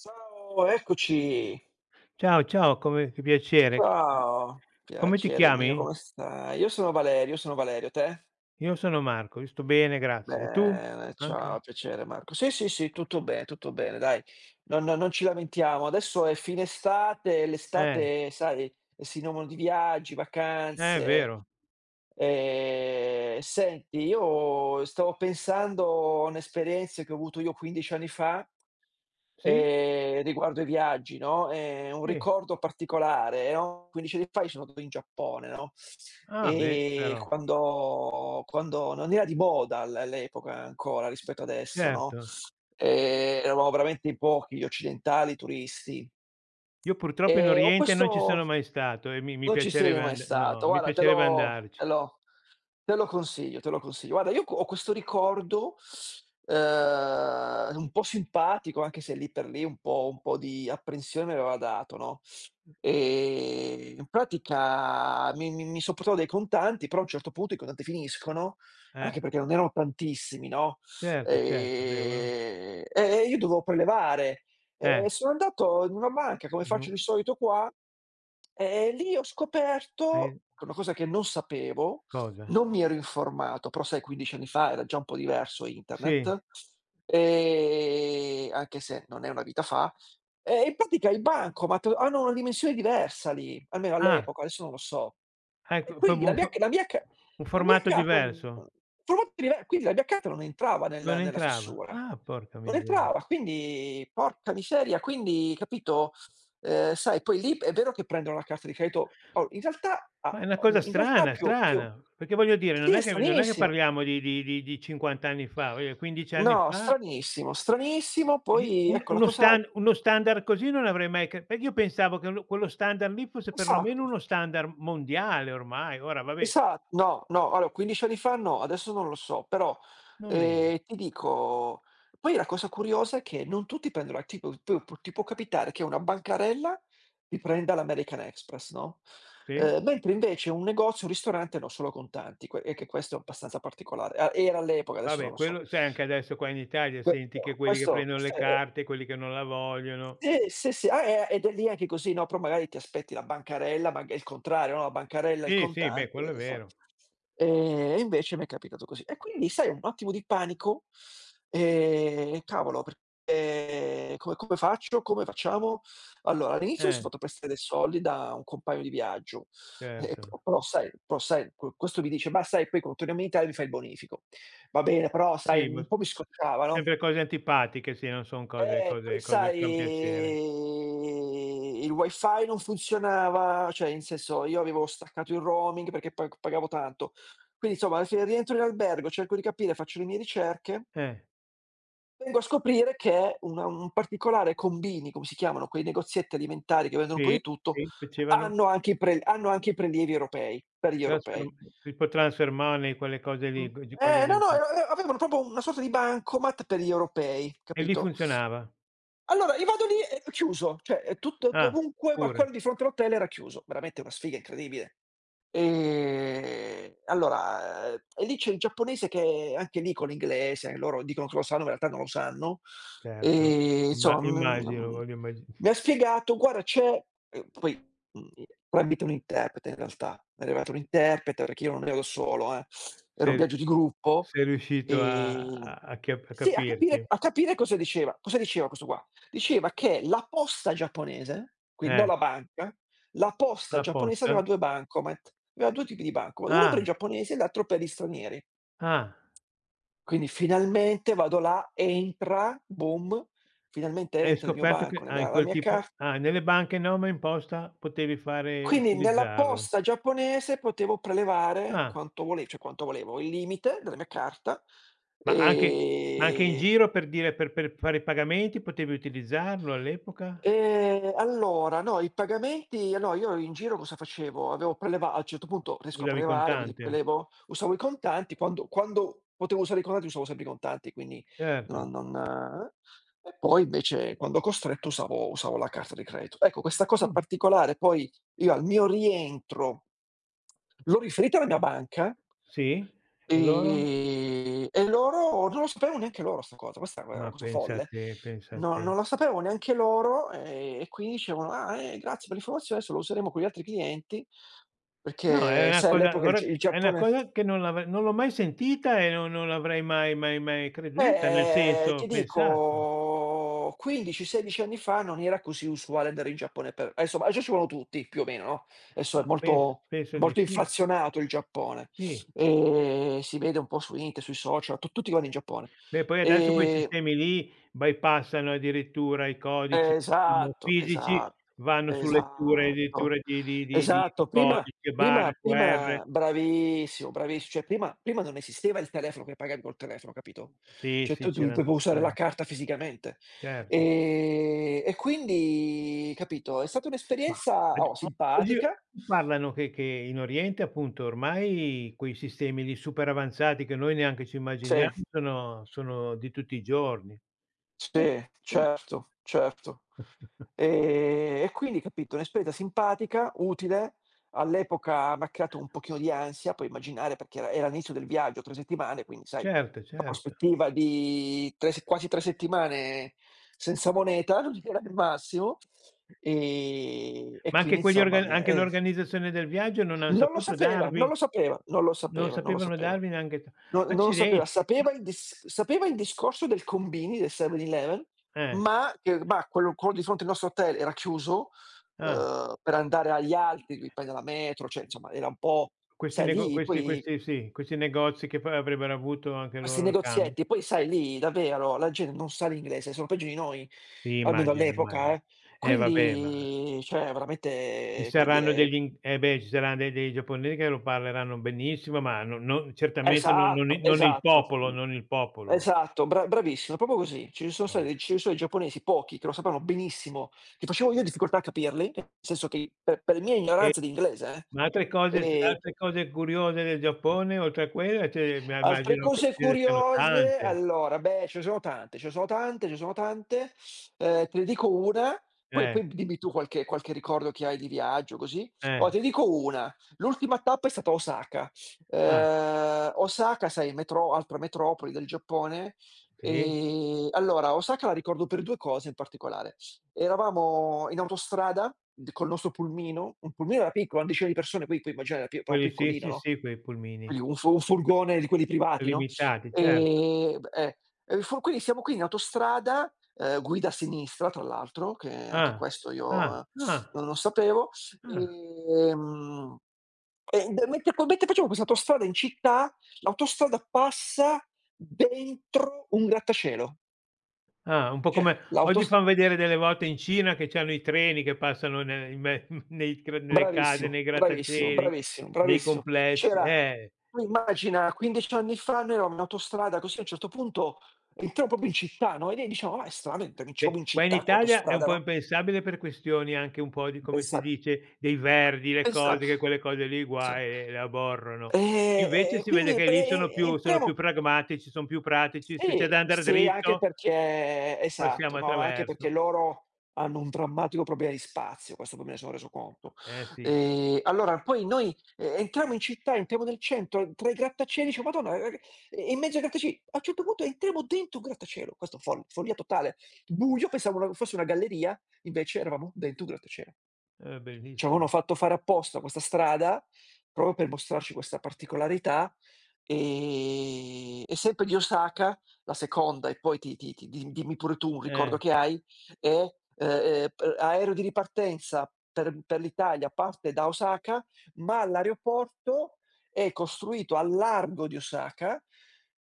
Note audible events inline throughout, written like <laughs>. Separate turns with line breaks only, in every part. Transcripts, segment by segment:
Ciao, eccoci.
Ciao, ciao, come che piacere.
Ciao,
Come ti
piacere mio,
chiami?
come stai? Io sono Valerio, te?
Io sono Marco, io sto bene, grazie. E tu?
Bene,
Anche?
ciao, piacere Marco. Sì, sì, sì, tutto bene, dai, non ci lamentiamo. Adesso è fine estate,
Eh,
l'estate, sai, è sinonimo di viaggi,
eh, è
vacanze.
vero.
Senti, io stavo pensando a un'esperienza che ho avuto io 15 anni fa,
Sì?
riguardo ai viaggi, no, un
Sì.
ricordo particolare, no, 15 anni fa io sono andato in Giappone, no,
Ah beh, però.
quando non era di moda all'epoca ancora rispetto adesso, no,
Certo.
eravamo veramente in pochi gli occidentali, i turisti.
Io purtroppo in
Ho
Oriente non ci sono
questo
mai stato e mi
Non ci sei
piacerebbe
mai
and no,
stato.
mi
Guarda te
piacerebbe
lo
andarci.
te lo te lo consiglio, te lo consiglio. Guarda io co ho questo ricordo, un po' simpatico, anche se lì per lì un po' di apprensione mi aveva dato, no, in pratica mi son portato dei contanti, però a un certo punto i contanti finiscono,
Eh,
anche perché non erano tantissimi, no,
certo, certo. Beh, uno
e io dovevo prelevare. E
eh,
sono andato in una banca, come faccio
nu
di solito qua, e lì ho scoperto
hai
una cosa che non sapevo,
cosa?
non mi ero informato, però sai, 15 anni fa era già un po' diverso
Sì.
internet, anche se non è una vita fa, e in pratica i bancomat hanno una dimensione diversa lì, almeno
Ah,
all'epoca, adesso non lo so. E
ecco,
quindi
proprio
la mia c la mia ca
un
la mia
formato
carta
diverso?
quindi la mia carta non entrava
Non
nella
entrava.
fessura.
Ah, porca
Non
miseria.
entrava, quindi porca miseria, quindi capito. Sai, poi lì è vero che prendono la carta di credito o in realtà a
Ma è una cosa
in realtà
strana,
più più
strana, perché voglio dire
sì,
non
è
è che
stranissimo.
parliamo di 50 anni fa, voglio dire 15 anni
No,
fa,
stranissimo, stranissimo,
di
poi
un
ecco la
uno
cosa,
stan uno standard così non avrei mai, c perché io pensavo che lo quello standard lì fosse perlomeno
esatto.
uno standard mondiale ormai, ora vabbè,
Esa No, no, allora 15 anni fa no, adesso non lo so, però,
non era.
ti dico, poi la cosa curiosa è che non tutti prendono la, tipo, tu pu ti può capitare che una bancarella ti prenda l'American Express, no,
Sì?
mentre invece un negozio, un ristorante no, solo contanti, que e che questo è abbastanza particolare. A era all'epoca, adesso
Vabbè,
non lo so.
quello sai anche adesso qua in Italia senti che
Questo
quelli che
questo
prendono le
questo è,
carte, quelli che non la vogliono.
sì, sì, sì, ah, ed è lì anche così, no, però magari ti aspetti la bancarella, maga il contrario, no, la bancarella, il
Sì, sì, beh
contante,
quello è vero.
e invece mi è capitato così. E quindi sai, un attimo di panico, cavolo, perché come faccio, come facciamo? Allora, all'inizio mi son
Eh,
fatto prestare dei soldi da un compagno di viaggio, e p
certo.
però sai, però sai, questo mi dice: "Ma sai, poi quando torniamo in Italia mi fai il bonifico". Va bene, però sai,
Sì, ma
un po' mi scocciava, no?
sempre cose antipatiche, sì, non son cose
Poi
cose cose che fan
sai,
piacere.
il wifi non funzionava, cioè in senso io avevo staccato il roaming perché pa pagavo tanto. Quindi insomma alla fine rientro in albergo, cerco di capire, faccio le mie ricerche,
Eh,
vengo a scoprire che una un particolare combini, come si chiamano quei negozietti alimentari che vendono un po'
sì,
di tutto,
sì, facevano
hanno anche i prelievi europei per gli
trasferm
europei.
tipo transfer money, quelle cose
Mh,
lì, g cose
eh no,
del
no,
ge
e avevano proprio una sorta di bancomat per gli europei,
e lì
capito?
funzionava?
Allora io vado lì e chiuso, cioè è tutto
Ah,
dovunque, ma
pure.
quello di fronte all'hotel era chiuso. Veramente una sfiga incredibile. Allora, e lì c'è il giapponese che anche lì con l'inglese, loro dicono che lo sanno, ma in realtà non lo sanno.
Certo, imma
Insomma,
immagino, voglio immagi
mi ha
<laughs>
spiegato: "Guarda c'è", poi, mhmm, tramite un interprete in realtà, è arrivato un interprete perché io non ero solo, era un
sei
viaggio di gruppo,
sei riuscito a
ehm
a a chia a
sì, a capire
capirti.
a capire cosa diceva. Cosa diceva questo qua? Diceva che la posta giapponese, quindi non
Eh,
la banca, la posta
la
giapponese aveva
posta?
2 bancomat. Aveva 2 tipi di bancomat, uno per
Ah,
i giapponesi e l'altro per gli stranieri.
ah,
Quindi finalmente vado là, entra, boom, finalmente
hai
entra il mio
scoperto che
banco, la
in
mia la
quel
mia
tipo,
carta.
nelle banche no, ma in posta potevi fare
Quindi nella
utilizzarlo.
posta giapponese potevo prelevare
Ah,
quanto vole cioè quanto volevo, il limite della mia carta.
ma anche in
ehm
giro per dire per fare i pagamenti potevi utilizzarlo all'epoca?
Allora no, i pagamenti no, io in giro cosa facevo? Avevo preleva A un certo punto riesco a
Usavi
prelevare, quindi
contante,
prelevo, usavo i contanti, quando potevo usare i contanti usavo sempre i contanti, quindi
certo.
non non e poi invece, quando costretto, usavo la carta di credito. Ecco, questa cosa
Quindi
particolare poi io al mio rientro l'ho riferita alla mia banca.
sì? E loro?
E loro non lo sapevano neanche loro 'sta cosa, questa è
Ma
una cosa
pensa
folle.
te, pensa
No,
te.
non lo sapevano neanche loro, e quindi dicevano: "Ah, grazie per l'informazione, adesso lo useremo con gli altri clienti",
No, è
perché
una
sai,
cosa,
all'epoca
ora
Il
è una
Giappone.
cosa che non l'avrei, non l'ho mai sentita e non l'avrei mai, mai, mai creduta, nel senso
Ti
pensato,
dico, 15, 16 anni fa non era così usuale andare in Giappone, per insomma adesso ci vanno tutti più o meno, no, adesso è
ma penso
molto
penso di
molto
sì,
inflazionato il Giappone,
sì.
si vede un po' su internet, sui social, tu tutti vanno in Giappone.
Beh, poi adesso quei
Ehm
sistemi lì bypassano addirittura i codici diciamo
Esatto,
fisici,
esatto,
vanno su letture
esatto,
letture di
esatto. Prima,
codici, barre,
prima
QR.
prima bravissimo, bravissi cioè prima non esisteva il telefono che pagavi col telefono, capito?
Sì,
Cioè
sì,
tu
c'eran
dovevo
tutte
usare la
quelle,
carta fisicamente.
certo.
E quindi capito, è stata
Ma
un'esperienza,
ad
oh,
o oggi
simpatica.
parlano che in Oriente, appunto, ormai quei sistemi lì super avanzati che noi neanche ci immaginiamo
Sì,
sono di tutti i giorni. Eh,
sì,
certo.
certo, certo.
<laughs>
E quindi capito, un'esperienza simpatica, utile, all'epoca m'ha creato un pochino di ansia, puoi immaginare perché era l'inizio del viaggio, 3 settimane, quindi sai,
Certo,
la
certo.
prospettiva di 3 se quasi 3 settimane senza moneta <laughs> non era il massimo, e
Ma anche
quindi
quegli
insomma
orga
mi è
anche l'organizzazione del viaggio
non lo sapeva, non lo sapeva, non lo
non
sapeva, non lo
sapevano
sapeva.
darvi neanche, t
No, non lo sapeva,
accidenti, ma
sapeva il dis sapeva il discorso del combini, del 7-Eleven,
eh,
ma che ma quello di fronte al nostro hotel era chiuso,
ah,
per andare agli altri devi prendere la metro, cioè insomma era un po',
questi
sai,
nego
lì
questi
poi
questi sì, questi negozi che poi avrebbero avuto anche
questi
loro il cambio.
negozietti, poi sai lì davvero la gente non sa l'inglese, sono peggio di noi,
Sì,
almeno
immagino,
all'epoca,
immagino.
eh.
Eh, vabbè, ma
Quindi cioè
ci
veramente, come
saranno
dire,
degli in eh beh, ci saranno de dei giapponesi che lo parleranno benissimo, ma no, non certamente, non i
esatto,
non il
esatto.
popolo, non il popolo.
Esatto, bravissimo, proprio così.
Eh.
Ci sono i giapponesi, pochi, che lo sapevano benissimo, che facevo io difficoltà a capirli, nel senso che per mia ignoranza di inglese,
Ma
eh,
altre
ehm
cose curiose del Giappone oltre a quella, cioè, ma
altre
immagino che
cose
ce ne siano
curiose,
tante.
allora, beh, ce ne sono tante, ce ne sono tante, ce ne sono tante. Te ne dico una, poi
Eh,
poi dimmi tu qualche ricordo che hai di viaggio, così. Allora,
eh.
te ne dico una. L'ultima tappa è stata Osaka.
Ah,
Osaka, sai, metro altra metropoli del Giappone.
sì?
Allora, Osaka la ricordo per 2 cose in particolare. Eravamo in autostrada d col nostro pulmino, un pulmino era piccolo, una decina di persone, poi puoi immaginare pi
Quelli
proprio
sì,
piccolino,
sì,
no,
sì, quei pulmini
quindi un furgone di quelli privati, no,
limitati, certo.
b e fu quindi siamo qui in autostrada, guida a sinistra tra l'altro, che anche
Ah,
questo io,
ah, ah,
non lo sapevo,
ah.
ehm, e d mentre co mentre facciamo questa autostrada in città, l'autostrada passa dentro un grattacielo.
Ah, un po'
Cioè
come oggi
l'autos
fan vedere delle volte in Cina che c'hanno i treni che passano, ne in me <laughs> nei cr nelle case,
Bravissimo,
nei
bravissimo,
grattacieli,
bravissimo,
nei
bravissimo.
complessi.
C'era Tu immagina, 15 anni fa noi eravamo in autostrada così, a un certo punto entriamo proprio in città, no, e noi diciamo: "Ma è stranamente che entriamo in
Beh, qua in
città con
Italia è un
l'autostrada",
po'
no,
impensabile per questioni anche un po' di, come si
pensate,
dice, dei verdi, le cose,
pensate.
che quelle cose lì
Sì.
guai, le aborrono.
Ehm,
Invece
e
si vede
quindi
che
pe
lì sono
e
più sono
entriamo.
più pragmatici, son più pratici, se c'è da
Sì,
andar
sì, anche
dritto
perché
passiamo
esatto, ma anche perché
attraverso.
loro hanno un drammatico problema di spazio, questo poi me ne sono reso conto.
Eh sì,
Allora poi noi, entriamo in città, entriamo nel centro, tra i grattacieli dicevo: "Madonna, in mezzo ai grattacieli", a un certo punto entriamo dentro un grattacielo, questo follia totale. Buio, pensavo una fosse una galleria, invece eravamo dentro un grattacielo.
è
Ci avevano
bellissimo.
fatto fare apposta questa strada, proprio per mostrarci questa particolarità, e sempre di Osaka, la seconda, e poi ti ti ti di dimmi pure tu un ricordo
Eh,
che hai, è, p aereo di ripartenza per l'Italia, parte da Osaka, ma l'aeroporto è costruito a largo di Osaka,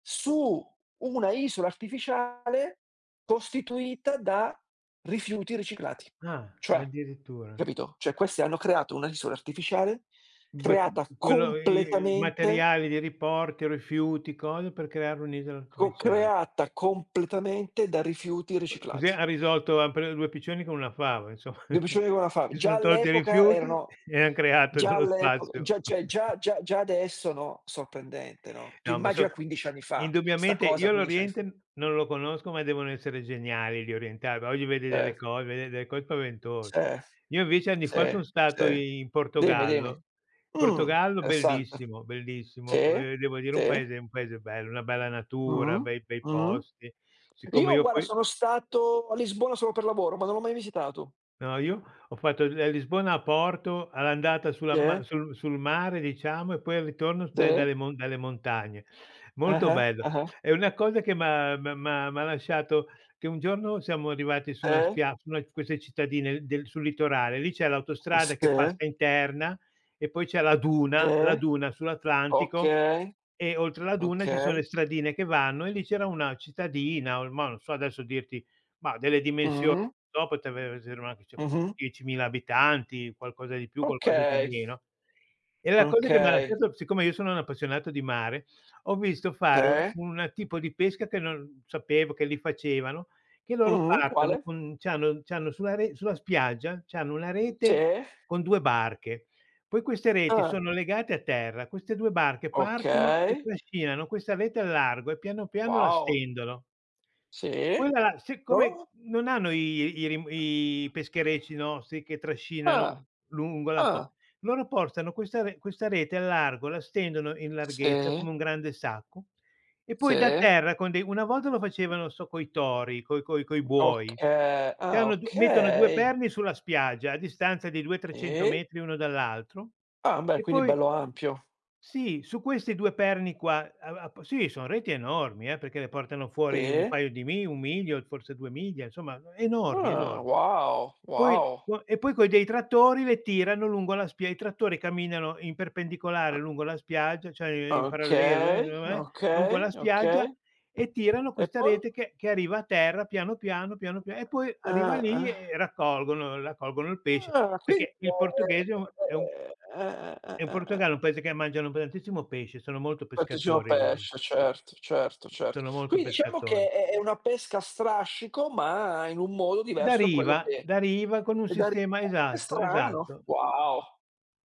su una isola artificiale costituita da rifiuti riciclati.
ah,
Cioè,
addirittura.
capito? Cioè questi hanno creato una isola artificiale,
Bet
creata
quello i
completamente
materiali di riporti, rifiuti, cose per creare un'isola artificiale.
creata completamente da rifiuti
Così
riciclati.
han preso 2 piccioni con una fava insomma,
Semplicemente
<laughs>
come la fa,
si
già
son tolti i
all'epoca
rifiuti
erano,
e han creato
già
dello
all'epoca,
spazio.
già cioè già
<laughs>
già già adesso, no, sorprendente, no. Tu
No,
immagina 15 anni fa, 'sta
indubbiamente
cosa
io
15 anni fa.
l'Oriente non lo conosco, ma devono essere geniali gli orientali. Oggi
Eh,
vedi delle cose spaventose.
sì,
Io invece anni fa
sì,
son stato
sì.
in
Dimmi, dimmi.
Portogallo. Portogallo
Interessante.
bellissimo, bellissimo,
Sì,
devo dire un
sì.
paese, bello, una bella
Mh-mh,
natura, bei
mh-mh.
posti. Siccome
Io
io
guarda
poi
sono stato a Lisbona solo per lavoro, ma non l'ho mai visitato.
No, io ho fatto da Lisbona a Porto, all'andata sulla ma
Sì,
sul sul mare, diciamo, e poi al ritorno da
sì,
dalle mon dalle montagne. Molto
ah-ah,
bello.
ah-ah,
È una cosa che m'ha lasciato che un giorno siamo arrivati
sì,
su una di queste cittadine del sul litorale, lì c'è l'autostrada che
sì,
passa interna e poi c'è la duna la
sì,
duna sull'Atlantico,
okay,
e oltre la duna ci sono le
okay,
stradine che vanno, e lì c'era una cittadina, o ma non so adesso dirti, ma delle dimensioni,
mh,
no, poteva essere anche cioè
mh-mh,
10.000 abitanti, qualcosa di più, qualcosa di
okay,
meno. E la cosa che m'ha
okay,
lasciato, siccome io sono un appassionato di mare, ho visto fare un
sì,
un tipo di pesca che non sapevo che li facevano, che loro
mh-mh,
partono
quale?
con, c'hanno sulla spiaggia, c'hanno una
Sì,
rete con 2 barche. Poi queste reti
ah,
sono legate a terra, queste 2 barche partono e
okay,
trascinano questa rete al largo, e piano piano la
wow,
stendono.
sì,
Quella la siccome
loro?
non hanno i pescherecci nostri che trascinano
Ah,
lungo la co
ah,
loro portano questa rete al largo, la stendono in larghezza
sì,
come un grande sacco, e
sì,
poi da terra con dei, una volta lo facevano, coi tori, coi buoi.
oka
Cioè
ah,
hanno, du mettono 2
okay,
perni sulla spiaggia a distanza di 2, 300
sì.
metri uno dall'altro,
Ah, beh,
e
quindi
poi
bello ampio.
sì, su questi 2 perni qua, a a p sì, son reti enormi, perché ne portano fuori un
Sì?
paio di, mi 1 miglio, forse 2 miglia, insomma enormi,
Ah,
enormi.
wow,
Poi
wow.
co E poi coi, dei trattori le tirano lungo la, spia i trattori camminano in perpendicolare lungo la spiaggia, cioè
O
in parallelo,
Okay,
no, lungo
okay,
la
okay.
spiaggia, e tirano
E
questa
poi?
rete che arriva a terra piano piano, piano pia e poi arriva lì
Ah-ah.
e raccolgono il pesce,
Ah, ah, quindi
perché il portoghese è un, è un,
eh.
Portogallo, un paese che mangiano tantissimo pesce, sono molto
Battesimo a
pescatori loro,
pesce, certo, certo, certo.
sono molto
Quindi diciamo
pescatori.
che è una pesca a strascico, ma in un modo
Da
diverso da quello
riva,
che,
da riva con un
e da <unintelligible>
sistema,
che
esatto,
strano.
esatto.
Wow,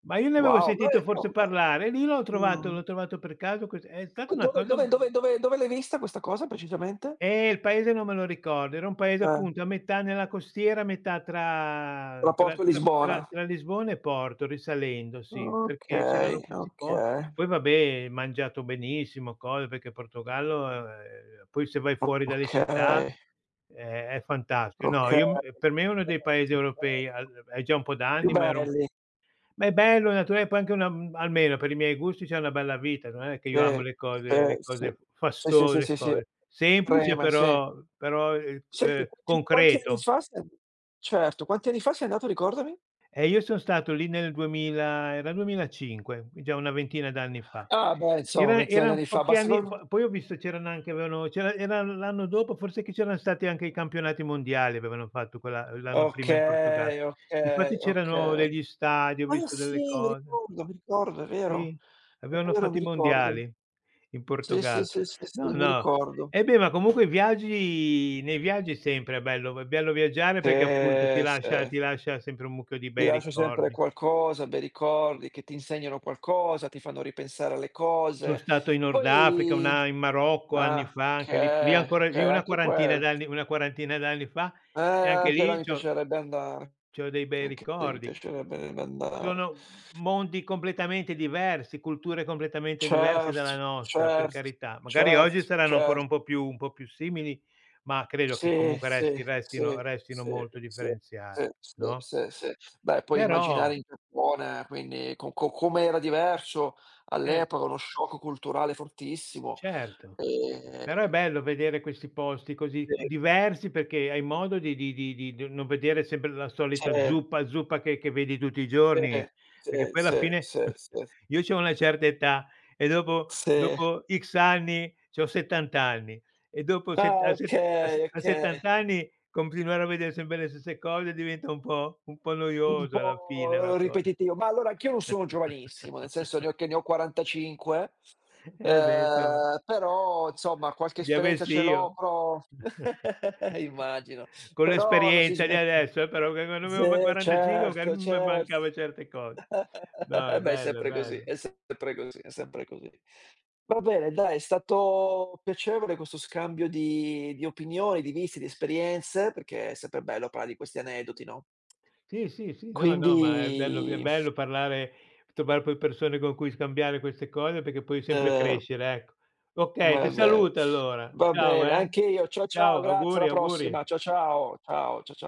Ma io ne avevo
wow.
sentito forse
<unintelligible>
parlare, lì
Mh.
l'ho trovato per caso, cos è stata
E
una
dove
cosa,
dove dove dove dove l'hai vista questa cosa precisamente?
il paese non me lo ricordo, era un paese,
Eh,
appunto, a metà nella costiera, a metà tra tra
rapporto
tra tra
Lisbona.
tra Lisbona e Porto, risalendo, sì, perché c'erano
Okay,
questi, po
okay,
poi vabbè, mangiato benissimo, cose, perché Portogallo, poi se vai fuori dalle città
okay,
è fantastico. No,
okay.
io, m per me è uno dei paesi europei, al è già un po'
Più
d'anni,
belli,
ma è bello, naturale, poi anche una, almeno per i miei gusti c'è una bella vita, non è che io amo
sì,
le cose,
sì, sì. Sì, sì, sì,
fastose,
sì, sì,
cose semplice,
treme, sì.
però,
Senti, quanti anni
concreto.
fa sei an certo, quanti anni fa sei andato, ricordami?
E io son stato lì nel 2000, era 2005, quindi già una ventina d'anni fa.
Ah beh, insomma ventina di
Eran
anni fa,
pochi
ma
anni,
secondo,
po poi ho visto, c'erano anche avevano c'era era l'anno dopo forse, che c'erano stati anche i campionati mondiali, avevano fatto quella l'anno prima in Portogallo.
okay,
Difatti
okay,
c'erano
okay.
degli stadi, ho
Ah
visto delle
sì,
cose.
mi ricordo, è vero.
Sì,
È
avevano
vero,
fatto
mi
i
ricordo.
mondiali in
Sì, sì,
Portogallo.
sì, sì,
No,
sì, mi
no.
ricordo.
Eh beh, ma comunque i viaggi, nei viaggi sempre, è bello, viaggiare perché appunto
Sì, sì.
ti lascia sempre un mucchio di
Ti
bei
lascio sempre
ricordi.
qualcosa, bei ricordi che ti insegnano qualcosa, ti fanno ripensare alle
Sono
cose.
stato in Nord Africa,
Poi,
una in Marocco anni
ah,
fa, anche lì
okay,
ancora lì,
okay, anche quel
una quarantina d'anni fa, e anche
anche là
lì
mi piacerebbe andare.
c'ho dei bei
Anche lì mi
ricordi.
piacerebbe andare.
Sono mondi completamente diversi, culture completamente diverse dalla
Certo,
nostra, per
certo,
carità. Magari oggi
certo,
saranno ancora
certo.
un po' più simili, ma credo che
Sì,
comunque
sì, sì,
restino
sì,
molto
sì,
differenziati,
sì, sì,
no,
sì, sì. Beh, puoi
però,
immaginare in Giappone, quindi co co come era diverso
eh
all'epoca, uno shock culturale fortissimo.
certo, però è bello
Ehm,
vedere questi posti così
sì,
diversi perché hai modo di non vedere sempre la solita
sì,
zuppa che vedi tutti i
sì,
giorni,
sì,
perché poi alla
sì,
fine
sì, sì,
<laughs> io c'ho una certa età, e
sì.
dopo X anni c'ho 70 anni, e dopo set
Ah,
a set a se
okay,
a
okay.
70 anni continuare a vedere sempre le stesse cose diventa un po'
Un
noioso alla fine la
po'
cosa.
ripetitivo, ma allora anch'io non sono giovanissimo, nel senso
<laughs>
ne ho 45,
Eh beh, insomma.
però insomma qualche
Li
esperienza
avessi
ce
io.
l'ho, però <laughs> immagino,
Con
però non si
l'esperienza di
smette,
adesso, però, che quando avevo,
se
45, magari
certo,
mi
cer
mancava certe cose.
eh
No, è
<laughs> beh, è
bello, è
sempre così,
bello.
è sempre così, è sempre così. Va bene, dai, è stato piacevole questo scambio di opinioni, di visti, di esperienze, perché è sempre bello parla di questi aneddoti, no?
Sì, sì, sì, no, no, ma è bello,
Quindi
parlare, trovare poi persone con cui scambiare queste cose perché puoi sempre
ehm,
crescere, ecco. Okay,
ma
ti
è vero.
saluto allora.
Va
Ciao,
bene,
eh.
anche io. Ciao, ciao,
Ciao,
grazie,
auguri,
alla
auguri.
prossima. Ciao, ciao. Ciao, cia